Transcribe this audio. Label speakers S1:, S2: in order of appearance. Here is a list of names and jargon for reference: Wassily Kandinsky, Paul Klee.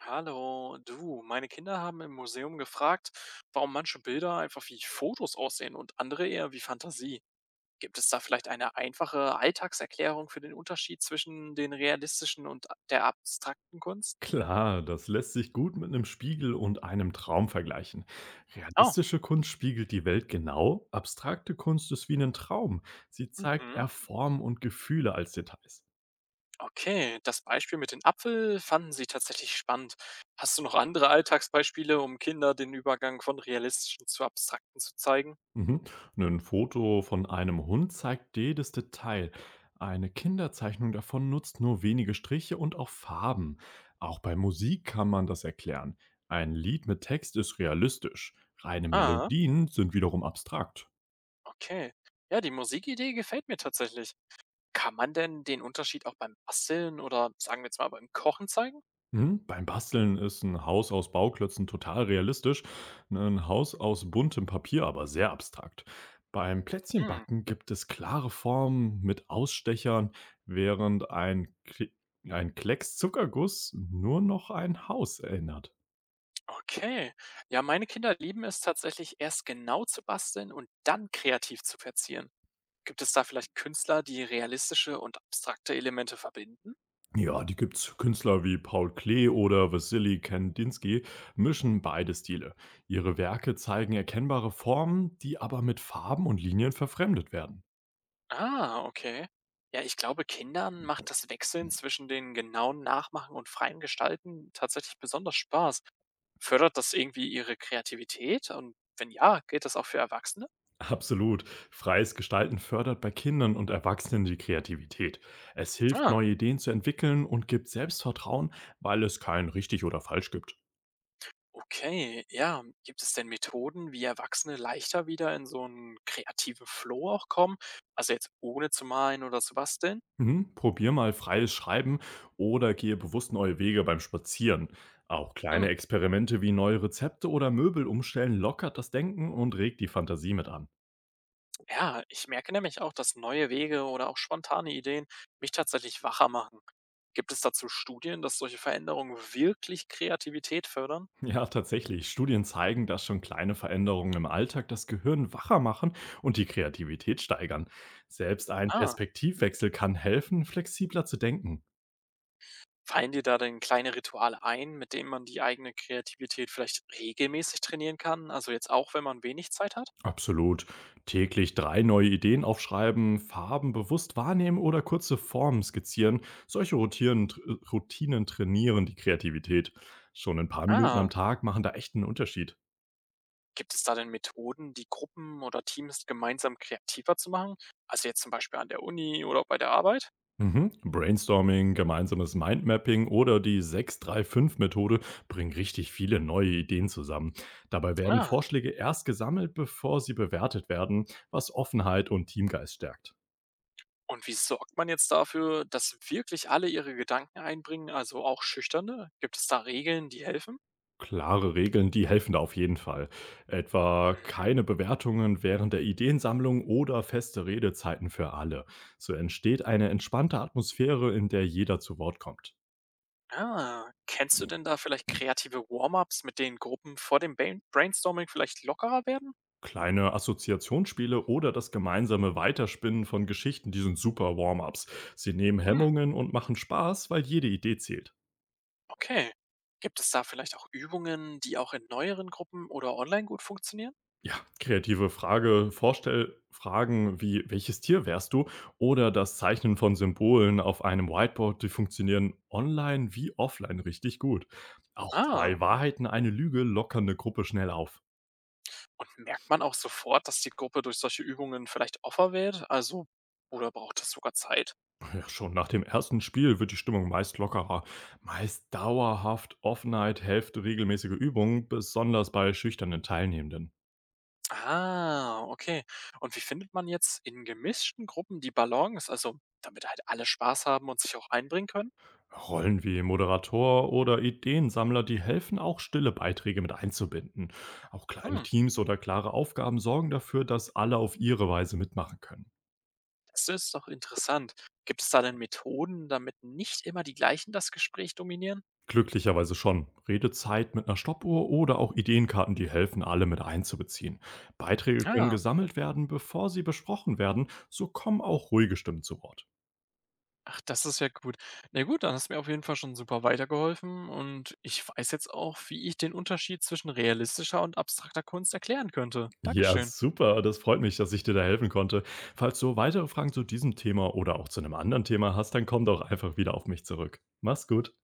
S1: Hallo, du, meine Kinder haben im Museum gefragt, warum manche Bilder einfach wie Fotos aussehen und andere eher wie Fantasie. Gibt es da vielleicht eine einfache Alltagserklärung für den Unterschied zwischen den realistischen und der abstrakten Kunst?
S2: Klar, das lässt sich gut mit einem Spiegel und einem Traum vergleichen.
S1: Oh,
S2: Realistische Kunst spiegelt die Welt genau, abstrakte Kunst ist wie ein Traum. Sie zeigt
S1: mhm,
S2: eher Formen und Gefühle als Details.
S1: okay. Das Beispiel mit dem Apfel fanden sie tatsächlich spannend. Hast du noch andere Alltagsbeispiele, um Kinder den Übergang von realistischen zu abstrakten zu zeigen?
S2: Mhm. Ein Foto von einem Hund zeigt jedes Detail. Eine Kinderzeichnung davon nutzt nur wenige Striche und auch Farben. Auch bei Musik kann man das erklären. Ein Lied mit Text ist realistisch. Reine
S1: Ah,
S2: Melodien sind wiederum abstrakt.
S1: okay. Ja, die Musikidee gefällt mir tatsächlich. Kann man denn den Unterschied auch beim Basteln oder, sagen wir jetzt mal, beim Kochen zeigen?
S2: Mhm. Beim Basteln ist ein Haus aus Bauklötzen total realistisch, ne, ein Haus aus buntem Papier aber sehr abstrakt. Beim
S1: Hm,
S2: Plätzchenbacken gibt es klare Formen mit Ausstechern, während ein Klecks Zuckerguss nur noch ein Haus erinnert.
S1: okay. Ja, meine Kinder lieben es tatsächlich, erst genau zu basteln und dann kreativ zu verzieren. Gibt es da vielleicht Künstler, die realistische und abstrakte Elemente verbinden?
S2: Ja, die gibt's. Künstler wie Paul Klee oder Wassily Kandinsky mischen beide Stile. Ihre Werke zeigen erkennbare Formen, die aber mit Farben und Linien verfremdet werden.
S1: Ah, okay. Ja, ich glaube, Kindern macht das Wechseln zwischen den genauen Nachmachen und freien Gestalten tatsächlich besonders Spaß. Fördert das irgendwie ihre Kreativität? Und wenn ja, gilt das auch für Erwachsene?
S2: Absolut. Freies Gestalten fördert bei Kindern und Erwachsenen die Kreativität. Es hilft,
S1: Ah,
S2: neue Ideen zu entwickeln und gibt Selbstvertrauen, weil es kein richtig oder falsch gibt.
S1: Okay, ja. Gibt es denn Methoden, wie Erwachsene leichter wieder in so einen kreativen Flow auch kommen? Also, jetzt ohne zu malen oder zu basteln?
S2: Mhm. Probier mal freies Schreiben oder gehe bewusst neue Wege beim Spazieren. Auch
S1: Hm,
S2: kleine Experimente wie neue Rezepte oder Möbel umstellen lockert das Denken und regt die Fantasie mit an.
S1: ja, ich merke nämlich auch, dass neue Wege oder auch spontane Ideen mich tatsächlich wacher machen. Gibt es dazu Studien, dass solche Veränderungen wirklich Kreativität fördern?
S2: Ja, tatsächlich. Studien zeigen, dass schon kleine Veränderungen im Alltag das Gehirn wacher machen und die Kreativität steigern. Selbst ein
S1: Ah,
S2: Perspektivwechsel kann helfen, flexibler zu denken.
S1: fallen dir da denn kleine Rituale ein, mit denen man die eigene Kreativität vielleicht regelmäßig trainieren kann, also jetzt auch, wenn man wenig Zeit hat?
S2: Absolut. Täglich drei neue Ideen aufschreiben, Farben bewusst wahrnehmen oder kurze Formen skizzieren. Solche Routinen trainieren die Kreativität. Schon ein paar Minuten
S1: Ah.
S2: am Tag machen da echt einen Unterschied.
S1: Gibt es da denn Methoden, die Gruppen oder Teams gemeinsam kreativer zu machen? Also jetzt zum Beispiel an der Uni oder bei der Arbeit?
S2: Mhm. Brainstorming, gemeinsames Mindmapping oder die 635-Methode bringen richtig viele neue Ideen zusammen. Dabei werden
S1: Ah,
S2: Vorschläge erst gesammelt, bevor sie bewertet werden, was Offenheit und Teamgeist stärkt.
S1: und wie sorgt man jetzt dafür, dass wirklich alle ihre Gedanken einbringen, also auch Schüchterne? Gibt es da Regeln, die helfen?
S2: Klare Regeln, die helfen da auf jeden Fall. Etwa
S1: Mhm.
S2: keine Bewertungen während der Ideensammlung oder feste Redezeiten für alle. So entsteht eine entspannte Atmosphäre, in der jeder zu Wort kommt.
S1: Ah, kennst du denn da vielleicht kreative Warm-ups, mit denen Gruppen vor dem Brainstorming vielleicht lockerer werden?
S2: Kleine Assoziationsspiele oder das gemeinsame Weiterspinnen von Geschichten, die sind super Warm-ups. Sie nehmen
S1: Hm,
S2: Hemmungen und machen Spaß, weil jede Idee zählt.
S1: okay. Gibt es da vielleicht auch Übungen, die auch in neueren Gruppen oder online gut funktionieren?
S2: Ja, kreative Frage, Vorstellfragen wie welches Tier wärst du oder das Zeichnen von Symbolen auf einem Whiteboard, die funktionieren online wie offline richtig gut. Auch
S1: Ah,
S2: zwei Wahrheiten, eine Lüge lockern eine Gruppe schnell auf.
S1: und merkt man auch sofort, dass die Gruppe durch solche Übungen vielleicht offener wird? Also, oder braucht das sogar Zeit?
S2: Ja, schon nach dem ersten Spiel wird die Stimmung meist lockerer. Meist dauerhaft Offenheit hilft regelmäßige Übungen, besonders bei schüchternen Teilnehmenden.
S1: Ah, okay. Und wie findet man jetzt in gemischten Gruppen die Balance, also damit halt alle Spaß haben und sich auch einbringen können?
S2: Rollen wie Moderator oder Ideensammler, die helfen auch stille Beiträge mit einzubinden. Auch kleine
S1: Hm,
S2: Teams oder klare Aufgaben sorgen dafür, dass alle auf ihre Weise mitmachen können.
S1: das ist doch interessant. Gibt es da denn Methoden, damit nicht immer die gleichen das Gespräch dominieren?
S2: Glücklicherweise schon. Redezeit mit einer Stoppuhr oder auch Ideenkarten, die helfen, alle mit einzubeziehen. Beiträge können
S1: Ah,
S2: gesammelt werden, bevor sie besprochen werden, so kommen auch ruhige Stimmen zu Wort.
S1: ach, das ist ja gut. Na gut, dann hast du mir auf jeden Fall schon super weitergeholfen und ich weiß jetzt auch, wie ich den Unterschied zwischen realistischer und abstrakter Kunst erklären könnte.
S2: Ja,
S1: Dankeschön.
S2: super. Das freut mich, dass ich dir da helfen konnte. Falls du weitere Fragen zu diesem Thema oder auch zu einem anderen Thema hast, dann komm doch einfach wieder auf mich zurück. Mach's gut.